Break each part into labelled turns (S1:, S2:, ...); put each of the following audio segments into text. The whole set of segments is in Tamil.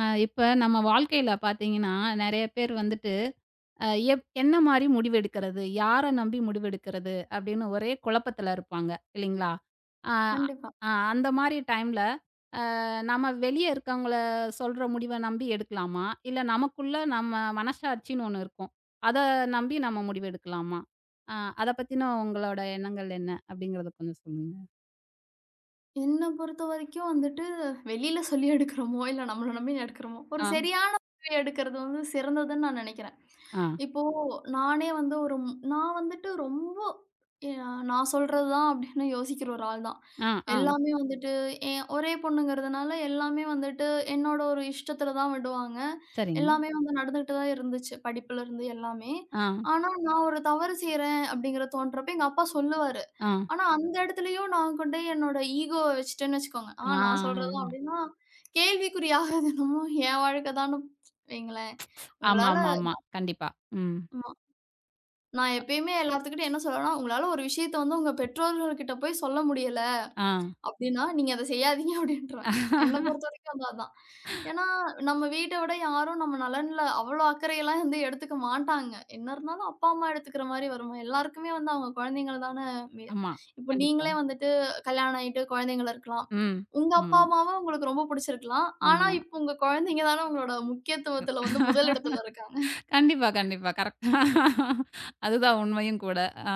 S1: இப்ப நம்ம வாழ்க்கையில பார்த்தீங்கன்னா, நெறைய பேர் வந்துட்டு அ என்ன மாரி முடிவெடுக்கிறது? யார நம்பி முடிவெடுக்கிறது? அப்படின்னு ஒரே குழப்பத்துல இருப்பாங்க இல்லைங்களா? அ
S2: கண்டிப்பா.
S1: அ அந்த மாரி டைம்ல அ நம்ம வெளிய இருக்கவங்கள சொல்ற முடிவ நம்பி எடுக்கலாமா? இல்ல நமக்குள்ள நம்ம மனசாட்சின்னு ஒண்ணு இருக்கும். அத நம்பி நம்ம முடிவெடுக்கலாமா? அ அத பத்தின உங்களோட எண்ணங்கள் என்ன? அப்படிங்கிறத கொஞ்சம் சொல்லுங்க.
S2: என்ன பொறுத்தவரைக்கும் வெளியில சொல்லி எடுக்கிறோமோ, இல்ல நம்மள நம்பி எடுக்கிறோமோ, ஒரு
S1: ஆ,
S2: சரியான முடிவு எடுக்கிறது வந்து சிறந்ததுன்னு நான் நெனைக்கிறேன்.
S1: ஆ,
S2: இப்போ நானே வந்து நான் ரொம்ப எ நான் சொல்றது தான் அப்படின்னு யோசிக்கிற ஒரு ஆள் தான்.
S1: ஆ, ஆ.
S2: எல்லாமே என் ஒரே பொண்ணுங்கிறதுனால, எல்லாமே வந்துட்டு என்னோட ஒரு இஷ்டத்துல தான் விடுவாங்க.
S1: சரிங்க.
S2: எல்லாமே வந்து நடந்துகிட்டு தான் இருந்துச்சு. படிப்புலருந்து எல்லாமே.
S1: ஆ,
S2: ஆனா, நான் ஒரு தவறு செய்றேன் அப்படிங்கிற தோன்றப்ப எங்க அப்பா சொல்லுவாரு.
S1: ஆ,
S2: ஆனா, அந்த இடத்துலயும் நான் கொண்டு போய் என்னோட ஈகோவ வச்சுட்டேன்னு வச்சுக்கோங்க.
S1: ஆ.
S2: நான் சொல்றதும் அப்டின்னா, கேள்விக்குறியாகுது என்னமோ என் வாழ்க்கை தான்னு வைங்களேன். உங்களால
S1: ஆமாமாமா. கண்டிப்பா. ம்.
S2: ஆமா. நான் எப்பயுமே எல்லாத்துக்கிட்டயும் என்ன சொல்லுவேன்னா, உங்களால ஒரு விஷயத்த வந்து உங்க பெற்றோர்கள்கிட்ட போய் சொல்ல முடியல.
S1: ஆ.
S2: அப்டின்னா, நீங்க அத செய்யாதீங்க அப்டின்றுவேன். என்ன பொறுத்தவரைக்கும் அது அதான். ஏன்னா, நம்ம வீட்ட விட யாரும் நம்ம நலன்ல அவ்வளோ அக்கறையெல்லாம் வந்து எடுத்துக்க மாட்டாங்க. என்ன இருந்தாலும் அப்பா, அம்மா எடுத்துக்கிற மாரி வருமா? எல்லாருக்குமே வந்து அவங்க குழந்தைங்கள தானே மே
S1: ஆமா.
S2: இப்போ
S1: கண்டிப்பா.
S2: நீங்களே வந்துட்டு கல்யாணம் ஆயிட்டு குழந்தைங்கள இருக்கலாம்.
S1: ம்.
S2: உங்க
S1: ஆமா,
S2: அப்பா, அம்மாவ உங்களுக்கு ரொம்ப புடிச்சிருக்கலாம். ஆனா,
S1: ஆமா.
S2: இப்போ உங்க குழந்தைங்க தானே உங்களோட முக்கியத்துவத்துல வந்து முதலிடத்துல இருக்காங்க.
S1: கண்டிப்பா, கண்டிப்பா. கரெக்ட்டா அதுதான் உண்மையும் கூட. ஆ.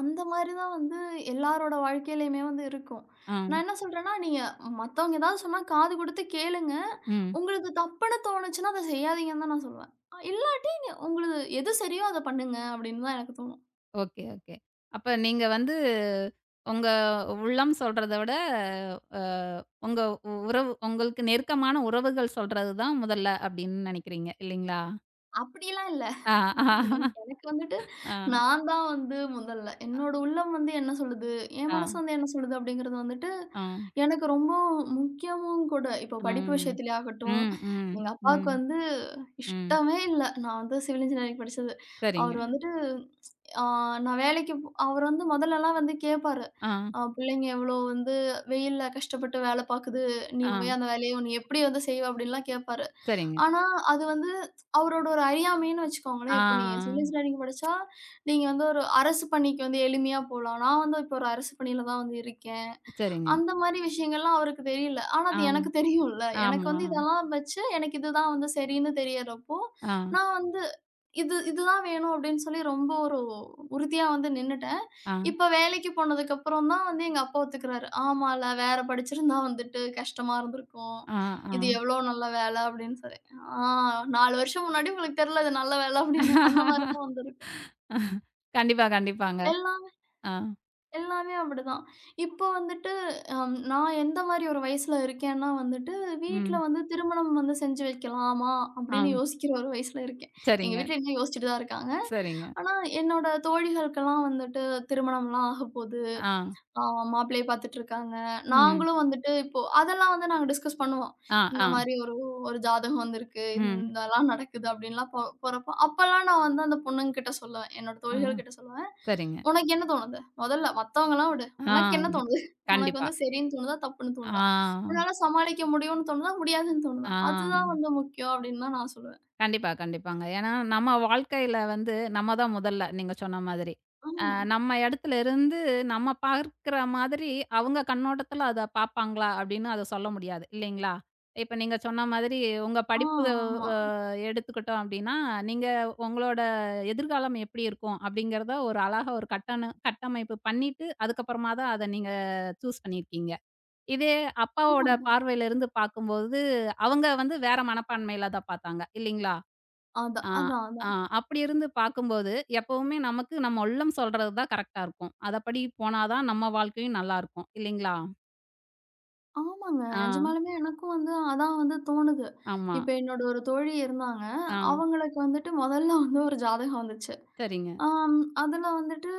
S2: அந்த மாரி தான் வந்து எல்லாரோட வாழ்க்கையிலயுமே வந்து இருக்கும்.
S1: ஆ.
S2: நான் என்ன சொல்றேன்னா, நீங்க மத்தவங்க ஏதாவது சொன்னா காது குடுத்து கேளுங்க.
S1: ம்.
S2: உங்களுக்கு தப்புன்னு தோணுச்சுன்னா, அத செய்யாதீங்கன்னு தான் நான் சொல்லுவேன். இல்லைங்க உங்களுக்கு எது சரியோ அத பண்ணுங்க அப்படின்னு தான் எனக்கு தோணும்.
S1: Okay, okay. அப்ப நீங்க வந்து உங்க உள்ளம் சொல்றத விட, அ உங்க உறவு உங்களுக்கு நெருக்கமான உறவுகள் சொல்றது தான் முதல்ல அப்படின்னு நினைக்கிறீங்க இல்லைங்களா?
S2: அப்படிலாம் இல்ல.
S1: ஆ, ஆ,
S2: எனக்கு எனக்கு வந்துட்டு
S1: ஆ,
S2: நான் தான் வந்து முதல்ல. என்னோட உள்ளம் வந்து என்ன சொல்லுது? என்
S1: ஆ,
S2: மனசு வந்து என்ன சொல்லுது? அப்படிங்கிறது வந்துட்டு
S1: ஆ,
S2: எனக்கு ரொம்ப முக்கியமும் கூட. இப்போ படிப்பு
S1: ம்,
S2: விஷயத்திலே
S1: ம்,
S2: ஆகட்டும்,
S1: ம்,
S2: எங்க அப்பாவுக்கு
S1: ம்,
S2: வந்து
S1: ம்.
S2: இஷ்டமே இல்ல. நான் வந்து சிவில் இன்ஜினியரிங் படிச்சது.
S1: சரிங்க.
S2: அவர் வந்துட்டு ஆ நான் வேலைக்கு போ அவர் வந்து முதல்லலாம் வந்து கேட்பாரு.
S1: ஆ,
S2: "பிள்ளைங்க எவ்வளோ வந்து வெயில்ல கஷ்டப்பட்டு வேலை பாக்குது. நீ
S1: ஆ.
S2: போய் அந்த வேலைய நீ எப்படி வந்து செய்வ?" அப்படின்லாம் கேட்பாரு.
S1: சரிங்க.
S2: ஆனா, அது வந்து அவரோட ஒரு அறியாமைன்னு
S1: ஆ,
S2: வச்சுக்கோங்களேன். இப்போ நீங்க சிவில் இன்ஜினியரிங் படிச்சா, நீங்க வந்து ஒரு அரசு பணிக்கு வந்து எளிமையா போலாம். நான் வந்து இப்போ ஒரு அரசு பணியில தான் வந்து இருக்கேன்.
S1: சரிங்க.
S2: அந்த மாரி விஷயங்கள்லாம் அவருக்கு தெரியல. ஆனா
S1: ஆ,
S2: அது எனக்கு தெரியும்ல. எனக்கு
S1: ஆமா.
S2: வந்து இதெல்லாம் வச்சு, எனக்கு இதுதான் வந்து சரின்னு தெரியறப்போ,
S1: ஆ,
S2: நான் வந்து இதுதான் வேணும் அப்படின்னு சொல்லி ரொம்ப ஒரு உறுதியா வந்து நின்னுட்டேன்.
S1: ஆ,
S2: இப்ப வேலைக்கு போனதுக்கப்புறம் தான் வந்து எங்க அப்பா ஒத்துக்கிறாரு. ஆமால்ல, வேற படிச்சிருந்தா வந்துட்டு கஷ்டமா இருந்திருக்கும்.
S1: ஆ, ஆ.
S2: இது எவ்வளோ நல்ல வேலை அப்படின்னு சொல்லி. ஆ 4 வருஷம் முன்னாடி உங்களுக்கு தெரியல இது நல்ல வேலை அப்படின்னு. அந்த மாரி தான் வந்திருக்கும்.
S1: கண்டிப்பா, கண்டிப்பாங்க.
S2: எல்லாம்
S1: ஆ,
S2: எல்லாமே அப்படிதான். இப்போ வந்துட்டு நான் எந்த மாரி ஒரு வயசுல இருக்கேன்னா வந்துட்டு, வீட்ல
S1: ம்,
S2: வந்து திருமணம் வந்து செஞ்சு வைக்கலாமா?
S1: ஆ.
S2: அப்படின்னு யோசிக்கிற ஒரு வயசுல இருக்கேன். எங்க
S1: சரிங்க,
S2: வீட்ல இன்னும் யோசிச்சுட்டு தான் இருக்காங்க.
S1: சரிங்க.
S2: ஆனா, என்னோட தோழிகளுக்கெல்லாம் வந்துட்டு திருமணம்லாம் ஆகப்போது.
S1: ஆ,
S2: ஆ மாப்பிள்ளைய பாத்துட்டு இருக்காங்க.
S1: ம்.
S2: நாங்களும் வந்துட்டு இப்போ அதெல்லாம் வந்து நாங்க டிஸ்கஸ் பண்ணுவோம்.
S1: ஆ,
S2: இந்த
S1: ஆ,
S2: மாரி ஒரு ஒரு ஜாதகம் வந்திருக்கு.
S1: ம்.
S2: இதெல்லாம் நடக்குது அப்டின்லாம் போறப்போ, அப்பலாம் நான் வந்து அந்த பொண்ணுங்க கிட்ட சொல்லுவேன். என்னோட
S1: ஆ,
S2: தோழிகள் கிட்ட சொல்லுவேன்.
S1: சரிங்க.
S2: "உனக்கு என்ன தோணுது? மொதல்ல மத்தவங்கலாம் விடு.
S1: ஆ,
S2: உனக்கு என்ன தோணுது? உனக்கு
S1: கண்டிப்பா.
S2: வந்து சரின்னு தோணுதா? தப்புன்னு தோணுதா?
S1: ஆ,
S2: உன்னால சமாளிக்க முடியும்னு தோணுதா? முடியாதுன்னு தோணுதா?
S1: ஆ.
S2: அதுதான் வந்து முக்கியம்" அப்டின்னு தான் நான் சொல்லுவேன்.
S1: கண்டிப்பா, கண்டிப்பாங்க. ஏன்னா, நம்ம வாழ்க்கையில வந்து நம்ம தான் முதல்ல, நீங்க சொன்ன மாதிரி. அ
S2: ஆமா.
S1: நம்ம இடத்துல இருந்து நம்ம பார்க்கிற மாதிரி, அவங்க கண்ணோட்டத்துல அத பார்ப்பாங்களா? அப்படின்னு அத சொல்ல முடியாது, இல்லைங்களா? இப்ப நீங்க சொன்ன மாதிரி உங்க
S2: ஆ
S1: படிப்பு
S2: ஆமா.
S1: அ எடுத்துக்கிட்டோம் அப்படின்னா, நீங்க உங்களோட எதிர்காலம் எப்படி இருக்கும்? அப்படிங்கிறத ஒரு அழகா ஒரு கட்டண கட்டமைப்பு பண்ணிட்டு, அதுக்கப்புறமா தான் அத நீங்க சூஸ் பண்ணியிருக்கீங்க. இதே அப்பாவோட
S2: ஆமாங்க.
S1: பார்வையில இருந்து பார்க்கும்போது, அவங்க வந்து வேற மனப்பான்மையில தான் பார்த்தாங்க, இல்லைங்களா?
S2: அதான்,
S1: ஆ,
S2: அதான்,
S1: ஆ.
S2: அதான்.
S1: அப்படி இருந்து பார்க்கும்போது, எப்பவுமே நமக்கு நம்ம உள்ளம் சொல்றது தான் கரெக்ட்டா இருக்கும். அதப்படி போனா தான் நம்ம வாழ்க்கையும் நல்லாருக்கும். இல்லைங்களா?
S2: ஆமாங்க.
S1: ஆ,
S2: நிஜமாலுமே எனக்கும் வந்து அதான் வந்து தோணுது.
S1: ஆமா.
S2: இப்ப என்னோட ஒரு தோழி இருந்தாங்க.
S1: ஆ,
S2: அவங்களுக்கு வந்துட்டு மொதல்ல வந்து ஒரு ஜாதகம் வந்துச்சு.
S1: சரிங்க.
S2: அதுல வந்துட்டு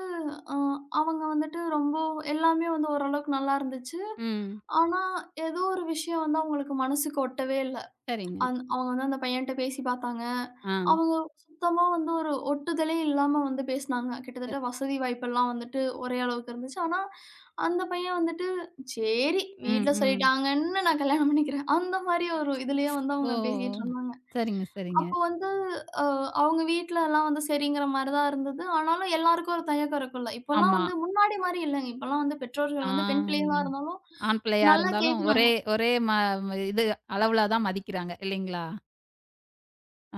S2: அ அவங்க வந்துட்டு ரொம்ப எல்லாமே வந்து ஓரளவுக்கு நல்லா இருந்துச்சு.
S1: ம்.
S2: ஆனா, ஏதோ ஒரு விஷயம் வந்து அவங்களுக்கு மனசுக்கு ஒட்டவே இல்ல.
S1: சரிங்க.
S2: அவங்க வந்து அந்த பையன்ட்ட பேசி பார்த்தாங்க.
S1: ஆ.
S2: அவங்க சுத்தமா வந்து ஒரு ஒட்டுதலே இல்லாம வந்து பேசினாங்க. கிட்டத்தட்ட வசதி வாய்ப்பெல்லாம் வந்துட்டு ஒரே அளவுக்கு இருந்துச்சு. ஆனா, அந்த பையன் வந்துட்டு சரி
S1: ம்,
S2: வீட்ல
S1: ம்.
S2: சொல்லிட்டாங்கன்னு நான் கல்யாணம் பண்ணிக்கிறேன். அந்த மாரி ஒரு இதுலயே வந்து
S1: ஓஹோ!
S2: அவங்க
S1: ஓ!
S2: பேசிட்டு
S1: ஓ.
S2: இருந்தாங்க.
S1: சரிங்க, சரிங்க.
S2: அப்போ வந்து அ அவங்க வீட்ல எல்லாம் வந்து சரிங்கிற மாரி தான் இருந்தது. ஆனாலும் எல்லாருக்கும் ஒரு தயக்கம் இருக்கும்ல. இப்போலாம்
S1: ஆமா.
S2: வந்து முன்னாடி மாரி இல்லங்க. இப்போலாம் வந்து
S1: ஆ.
S2: பெற்றோர்கள் வந்து பெண் பிள்ளைகளா இருந்தாலும்
S1: ஆண் பிள்ளையா
S2: நல்லா
S1: இருந்தாலும் ஒரே
S2: கேட்குறாங்க.
S1: ஒரே ம இது அளவுல தான் மதிக்கிறாங்க. இல்லைங்களா?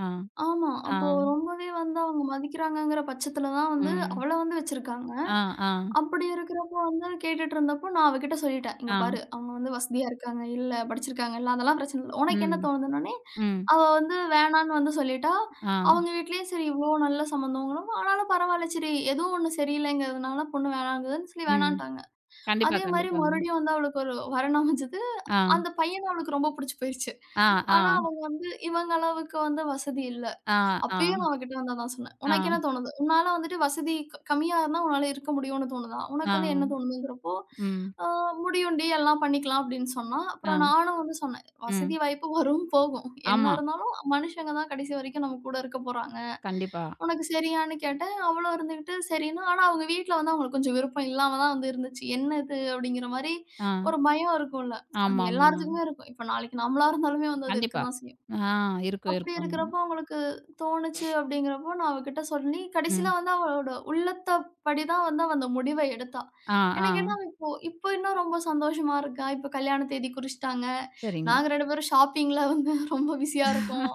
S1: ஆ,
S2: ஆமா.
S1: ஆ,
S2: அப்போ ரொம்பவே வந்து அவங்க மதிக்கிறாங்கங்கிற பட்சத்துல தான் வந்து
S1: ம்.
S2: அவள வந்து வச்சிருக்காங்க.
S1: ஆ, ஆ,
S2: அப்படி இருக்கிறப்போ வந்து கேட்டுட்டு இருந்தப்போ நான் அவகிட்ட சொல்லிட்டேன். "இங்க
S1: ஆ.
S2: பாரு, அவங்க வந்து வசதியா இருக்காங்க, இல்ல படிச்சிருக்காங்க இல்ல, அதெல்லாம் பிரச்சனை இல்ல. உனக்கு என்ன
S1: ம்,
S2: தோணுதுன்னோனே."
S1: ம்.
S2: அவ வந்து வேணான்னு வந்து சொல்லிட்டா.
S1: ஆ,
S2: அவங்க வீட்லயும் சரி இவ்ளோ நல்ல சம்மந்தம்ங்கிறப்போ, ஆனாலும் பரவால்ல சரி ஏதோ ஒண்ணு சரியில்லைங்கிறதுனால பொண்ணு வேணாங்குதுன்னு சொல்லி
S1: ம்.
S2: வேணான்ட்டாங்க.
S1: கண்டிப்பா,
S2: அதே மாரி
S1: கண்டிப்பாங்க.
S2: மறுபடியும் வந்து அவளுக்கு ஒரு வரன் அமைஞ்சது.
S1: ஆ,
S2: அந்த பையன அவளுக்கு ரொம்ப புடிச்சு போயிருச்சு.
S1: ஆ, ஆ.
S2: ஆனா அவங்க வந்து இவங்க அளவுக்கு வந்து வசதி இல்ல.
S1: ஆ, ஆ,
S2: அப்பயும் நான் அவகிட்ட வந்து அதான் சொன்னேன். "உனக்கு
S1: ஆ,
S2: என்ன தோணுது? உன்னால வந்துட்டு வசதி கம்மியா இருந்தா உன்னால இருக்க முடியும்னு தோணுதா?
S1: ஆ,
S2: உனக்கு வந்து என்ன தோணுதுங்கிறப்போ,
S1: ம்,
S2: ஆ முடியும்டி எல்லாம் பண்ணிக்கலாம்" அப்படின்னு சொன்னா.
S1: ஆ,
S2: அப்புறம் நானும் வந்து சொன்னேன்.
S1: ம்.
S2: "வசதி வாய்ப்பு வரும், போகும். என்ன
S1: ஆமா.
S2: இருந்தாலும் மனுஷங்க தான் கடைசி வரைக்கும் நம்ம கூட இருக்க போறாங்க.
S1: கண்டிப்பா.
S2: உனக்கு சரியான்னு?" கேட்டேன். அவளும் இருந்துகிட்டு சரின்னா, ஆனா அவங்க வீட்ல வந்து அவங்களுக்கு கொஞ்சம் விருப்பம் இல்லாம தான் வந்து இருந்துச்சு. "என்ன இது?" அப்படிங்கிற மாரி
S1: ஆ,
S2: ஒரு பயம் இருக்கும்ல. அது
S1: ஆமாமா.
S2: எல்லாத்துக்குமே இருக்கும். இப்ப நாளைக்கு நம்மளா இருந்தாலுமே வந்து அது இருக்க
S1: கண்டிப்பா.
S2: தான் செய்யும்.
S1: ஆ இருக்கும்,
S2: அப்படி
S1: இருக்குங்க.
S2: இருக்கிறப்போ அவங்களுக்கு தோணுச்சு அப்படிங்கிறப்போ, நான் அவகிட்ட சொல்லி, கடைசியில
S1: ம்.
S2: வந்து அவளோட உள்ளத்தபடி தான் வந்து அவ அந்த முடிவ எடுத்தா.
S1: ஆ, ஆ.
S2: என்ன கேட்டா, அவ இப்போ இப்போ இன்னும் ரொம்ப சந்தோஷமா இருக்கா. இப்போ கல்யாண தேதி குறிச்சுட்டாங்க.
S1: சரிங்க,
S2: நாங்க 2 பேரும் ஷாப்பிங்ல வந்து ரொம்ப பிஸியா இருக்கோம்.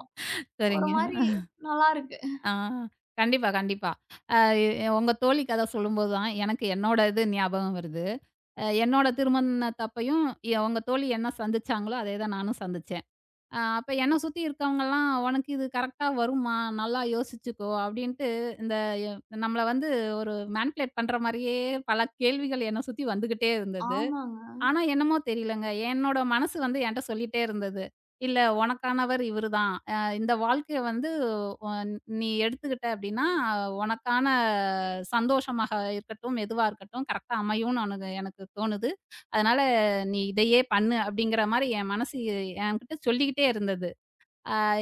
S2: ஒரு
S1: சரிங்க.
S2: மாரி நல்லாருக்கு.
S1: ஆ. கண்டிப்பா, கண்டிப்பா. அ உங்க தோழி கதை சொல்லும்போது தான் எனக்கு என்னோட இது ஞாபகம் வருது. என்னோட திருமணத்தப்பயும் உங்க தோழி என்ன சந்திச்சாங்களோ, அதே தான் நானும் சந்திச்சேன். அப்ப என்ன சுத்தி இருக்கவங்கலாம், "உனக்கு இது கரெக்ட்டா வருமா? நல்லா யோசிச்சுக்கோ" அப்படின்ட்டு இந்த எ நம்மள வந்து ஒரு மேனிபுலேட் பண்ற மாரியே பல கேள்விகள் என்ன சுத்தி வந்துகிட்டே இருந்தது.
S2: ஆமாங்க.
S1: ஆனா என்னமோ தெரியலங்க, என்னோட மனசு வந்து என்ட்ட சொல்லிட்டே இருந்தது. "இல்ல உனக்கானவர் இவரு தான். இந்த வாழ்க்கைய வந்து ஒ நீ எடுத்துக்கிட்ட அப்படின்னா, உனக்கான சந்தோஷமாக இருக்கட்டும், எதுவா இருக்கட்டும் கரெக்ட்டா அமையும்னு உனக்கு எனக்கு தோணுது. அதனால நீ இதையே பண்ணு" அப்படிங்கிற மாரி என் மனசு என்கிட்ட சொல்லிக்கிட்டே இருந்தது.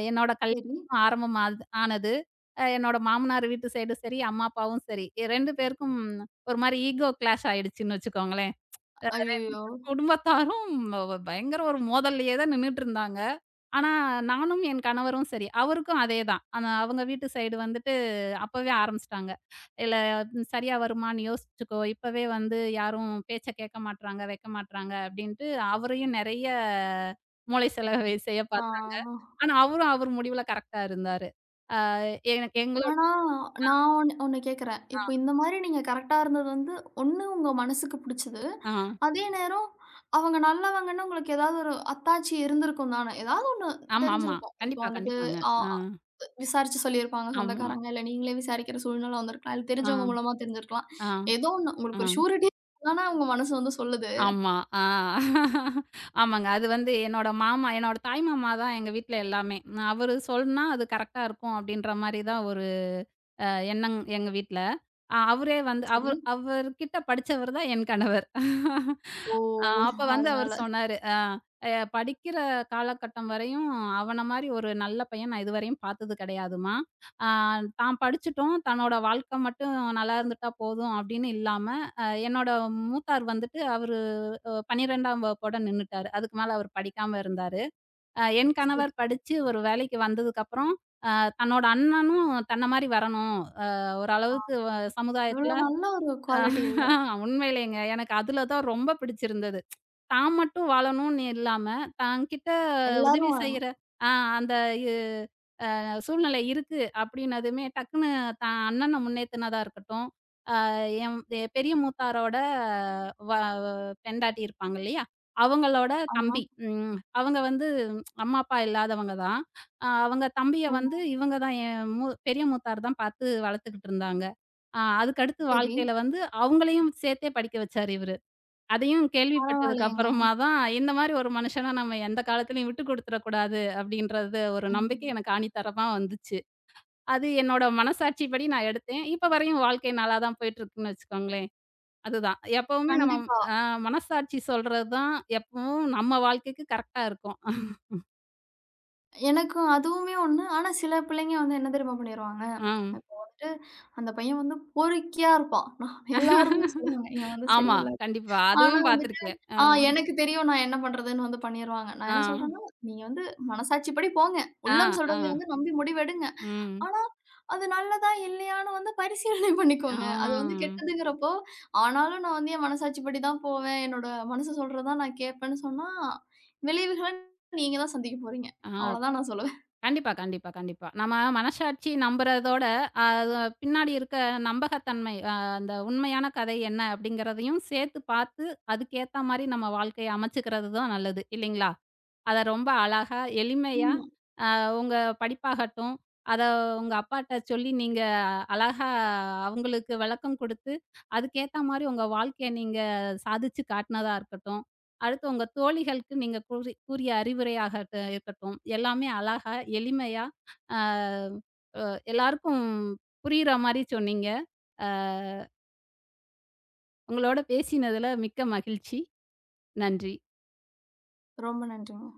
S1: என்னோட கல்யாணம்
S2: சரி.
S1: ஆரம்பம் ஆனது. என்னோட மாமனார் வீட்டு சைடும் சரி, அம்மா அப்பாவும் சரி, 2 பேருக்கும் ஒரு மாரி ஈகோ கிளாஷ் ஆயிடுச்சுன்னு வச்சுக்கோங்களேன்.
S2: ஐயய்யோ!
S1: குடும்பத்தாரும் பயங்கர ஒரு மோதல்லயே தான் நின்னுட்டு இருந்தாங்க. ஆனா, நானும் என் கணவரும் சரி, அவருக்கும் அதே தான். ஆனா அவங்க வீட்டு சைடு வந்துட்டு அப்பவே ஆரம்பிச்சுட்டாங்க. "இல்ல ம், சரியா வருமான்னு யோசிச்சுக்கோ. இப்பவே வந்து யாரும் பேச்ச கேட்க மாட்றாங்க, வைக்க மாட்றாங்க" அப்படின்ட்டு அவரையும் நெறைய மூளை செலவை செய்ய
S2: ஆ.
S1: பார்த்தாங்க. ஆனா அவரும் அவர் முடிவுல கரெக்ட்டா இருந்தாரு. எனக்கு எங்களோட
S2: ஆனா, நான் ஒண்ணு ஒண்ணு கேட்கிறேன். இப்போ இந்த மாரி நீங்க கரெக்ட்டா இருந்தது வந்து, ஒண்ணு உங்க மனசுக்கு புடிச்சது.
S1: ஆ.
S2: அதே நேரம் அவங்க நல்லவங்கன்னு உங்களுக்கு ஏதாவது ஒரு அத்தாட்சி இருந்திருக்கும் தானே! ஏதாவது
S1: ஆமா, ஆமா.
S2: தெரிஞ்சிருக்கும். இப்போ
S1: கண்டிப்பா,
S2: வந்துட்டு
S1: கண்டிப்பாங்க.
S2: அ
S1: ஆ.
S2: விசாரிச்சு சொல்லியிருப்பாங்க
S1: ஆமா.
S2: சொந்தக்காரங்க. இல்ல நீங்களே விசாரிக்கிற சூழ்நிலை வந்திருக்கலாம். இல்ல
S1: ஆ,
S2: தெரிஞ்சவங்க மூலமா தெரிஞ்சிருக்கலாம்.
S1: ஆ,
S2: ஏதோ ஒண்ணு
S1: ஆ.
S2: உங்களுக்கு ஒரு ஷூரிட்டி தானே உங்க மனசு வந்து சொல்லுது.
S1: ஆமா. ஆ. ஆமாங்க. அது வந்து என்னோட மாமா என்னோட தாய் மாமா தான் எங்க வீட்ல எல்லாமே. அவரு சொன்னா அது கரெக்ட்டா இருக்கும் அப்படின்ற மாரி தான் ஒரு அ எண்ணம் எங்க வீட்ல. அவரே வந்து
S2: சரி.
S1: அவர்கிட்ட படிச்சவர் தான் என் கணவர்.
S2: ஓ!
S1: ஆ அப்ப வந்து அவரு
S2: அதனால.
S1: சொன்னாரு, அ "அ படிக்கிற காலகட்டம் வரையும் அவன மாரி ஒரு நல்ல பையன் நான் இதுவரையும் பார்த்தது கிடையாதும்மா. ஆ தான் படிச்சுட்டும் தன்னோட வாழ்க்கை மட்டும் நல்லா இருந்துட்டா போதும் அப்படின்னு இல்லாம, என்னோட மூத்தார் வந்துட்டு அவரு 12ஆம் வகுப்போட நின்னுட்டாரு. அதுக்கு மேல அவர் படிக்காம இருந்தாரு. என்
S2: சரி.
S1: கணவர் படிச்சு ஒரு வேலைக்கு வந்ததுக்கப்புறம், தன்னோட அண்ணனும் தன்ன மாரி வரணும். அ
S2: ஆ
S1: ஓரளவுக்கு
S2: எவ்வளோ
S1: சமுதாயத்துல
S2: நல்ல ஒரு குவாலிட்டி இல்ல?
S1: உண்மையிலேங்க. எனக்கு அதுல தான் ரொம்ப பிடிச்சிருந்தது. தான் மட்டும் வாழணும்னு இல்லாம, தான் கிட்ட உதவி
S2: எல்லாரும்
S1: செய்யற ஆ அந்த இ சூழ்நிலை இருக்கு அப்படின்னதுமே, டக்குனு தான் அண்ணன முன்னேத்துனதா இருக்கட்டும், என் என் பெரிய மூத்தாரோட வ பெண்டாட்டி இருப்பாங்க இல்லையா? அவங்களோட
S2: ஆமா.
S1: தம்பி. அவங்க வந்து ம், அம்மா, அப்பா இல்லாதவங்க தான். அவங்க தம்பிய
S2: ஓ!
S1: வந்து இவங்க தான் என் பெரிய மூத்தார் தான் பார்த்து வளர்த்துக்கிட்டு இருந்தாங்க. அதுக்கு அடுத்து
S2: சரி.
S1: வாழ்க்கையில வந்து அவங்களையும் சேர்த்தே படிக்க வச்சாரு இவரு. அதையும் கேள்விப்பட்டதுக்கு
S2: பரவாயில்லையேங்க.
S1: அப்புறமா தான், இந்த மாரி ஒரு மனுஷன நம்ம எந்த காலத்துலயும் விட்டு குடுத்துறக்கூடாது அப்படின்றது ஒரு நம்பிக்கை
S2: ம்.
S1: எனக்கு ஆணித்தரமா வந்துச்சு. அது என்னோட மனசாட்சிப்படி நான் எடுத்தேன். இப்ப வரையும் வாழ்க்கை நல்லா தான் போயிட்டுருக்குன்னு வச்சுக்கோங்களேன். அதுதான். எப்பவுமே நம்ம
S2: கண்டிப்பா.
S1: ஆ மனசாட்சி சொல்றது தான் எப்பவும் நம்ம வாழ்க்கைக்கு கரெக்ட்டா இருக்கும்.
S2: எனக்கும் அதுவுமே ஒண்ணு. ஆனா சில பிள்ளைங்க வந்து என்ன தெரியுமா பண்ணிருவாங்க,
S1: ஆம்.
S2: வந்துட்டு அந்த பையன் வந்து பொறுக்கியா இருப்பான். நான் எல்லாருமே சொல்லுவாங்க, இவன் வந்து
S1: ஆமா,
S2: சரியில்ல.
S1: கண்டிப்பா.
S2: ஆனா
S1: அதுவும்
S2: வந்துட்டு,
S1: பார்த்துருக்கேன். ஆ,
S2: ஆ எனக்கு தெரியும் நான் என்ன பண்றதுன்னு வந்து பண்ணிருவாங்க. நான்
S1: ஆ,
S2: என்ன சொல்றேன்னா, நீங்க வந்து மனசாட்சிப்படி போங்க.
S1: ஆ,
S2: உள்ளம்
S1: ஆ.
S2: சொல்றதை வந்து நம்பி முடிவெடுங்க.
S1: ம்.
S2: ஆனா, அது நல்லதா இல்லையான்னு வந்து பரிசீலனை
S1: ஆ.
S2: பண்ணிக்கோங்க. அது வந்து கெட்டதுங்கிறப்போ, ஆனாலும் நான் வந்து என் மனசாட்சிப்படி தான் போவேன். என்னோட மனசு சொல்றத தான் நான் கேட்பேன்னு சொன்னா, விளைவுகள நீங்க தான் சந்திக்க போறீங்க.
S1: ஆ.
S2: அவ்வளோதான் நான் சொல்லுவேன்.
S1: கண்டிப்பா, கண்டிப்பா, கண்டிப்பா. நம்ம மனசாட்சி நம்புறதோட, அது பின்னாடி இருக்க நம்பகத்தன்மை, அந்த உண்மையான கதை என்ன அப்படிங்கிறதையும் சேர்த்து பார்த்து, அதுக்கேத்த மாரி நம்ம வாழ்க்கைய அமைச்சுக்கிறது தான் நல்லது. இல்லைங்களா? அத ரொம்ப அழகா, எளிமையா
S2: ஆமா.
S1: அ உங்க படிப்பாகட்டும், அத உங்க அப்பாட்ட சொல்லி நீங்க அழகா அவங்களுக்கு விளக்கம் குடுத்து, அதுக்கேத்த மாரி உங்க வாழ்க்கைய நீங்க சாதிச்சு காட்டுனதா இருக்கட்டும். அடுத்து உங்க தோழிகளுக்கு நீங்க கூறி கூறிய அறிவுரையாகட்டு இருக்கட்டும். எல்லாமே அழகா, எளிமையா அ அ எல்லாருக்கும் புரியிற மாரி சொன்னீங்க. அ உங்களோட பேசினதுல மிக்க மகிழ்ச்சி. நன்றி.
S2: ரொம்ப நன்றிங்க.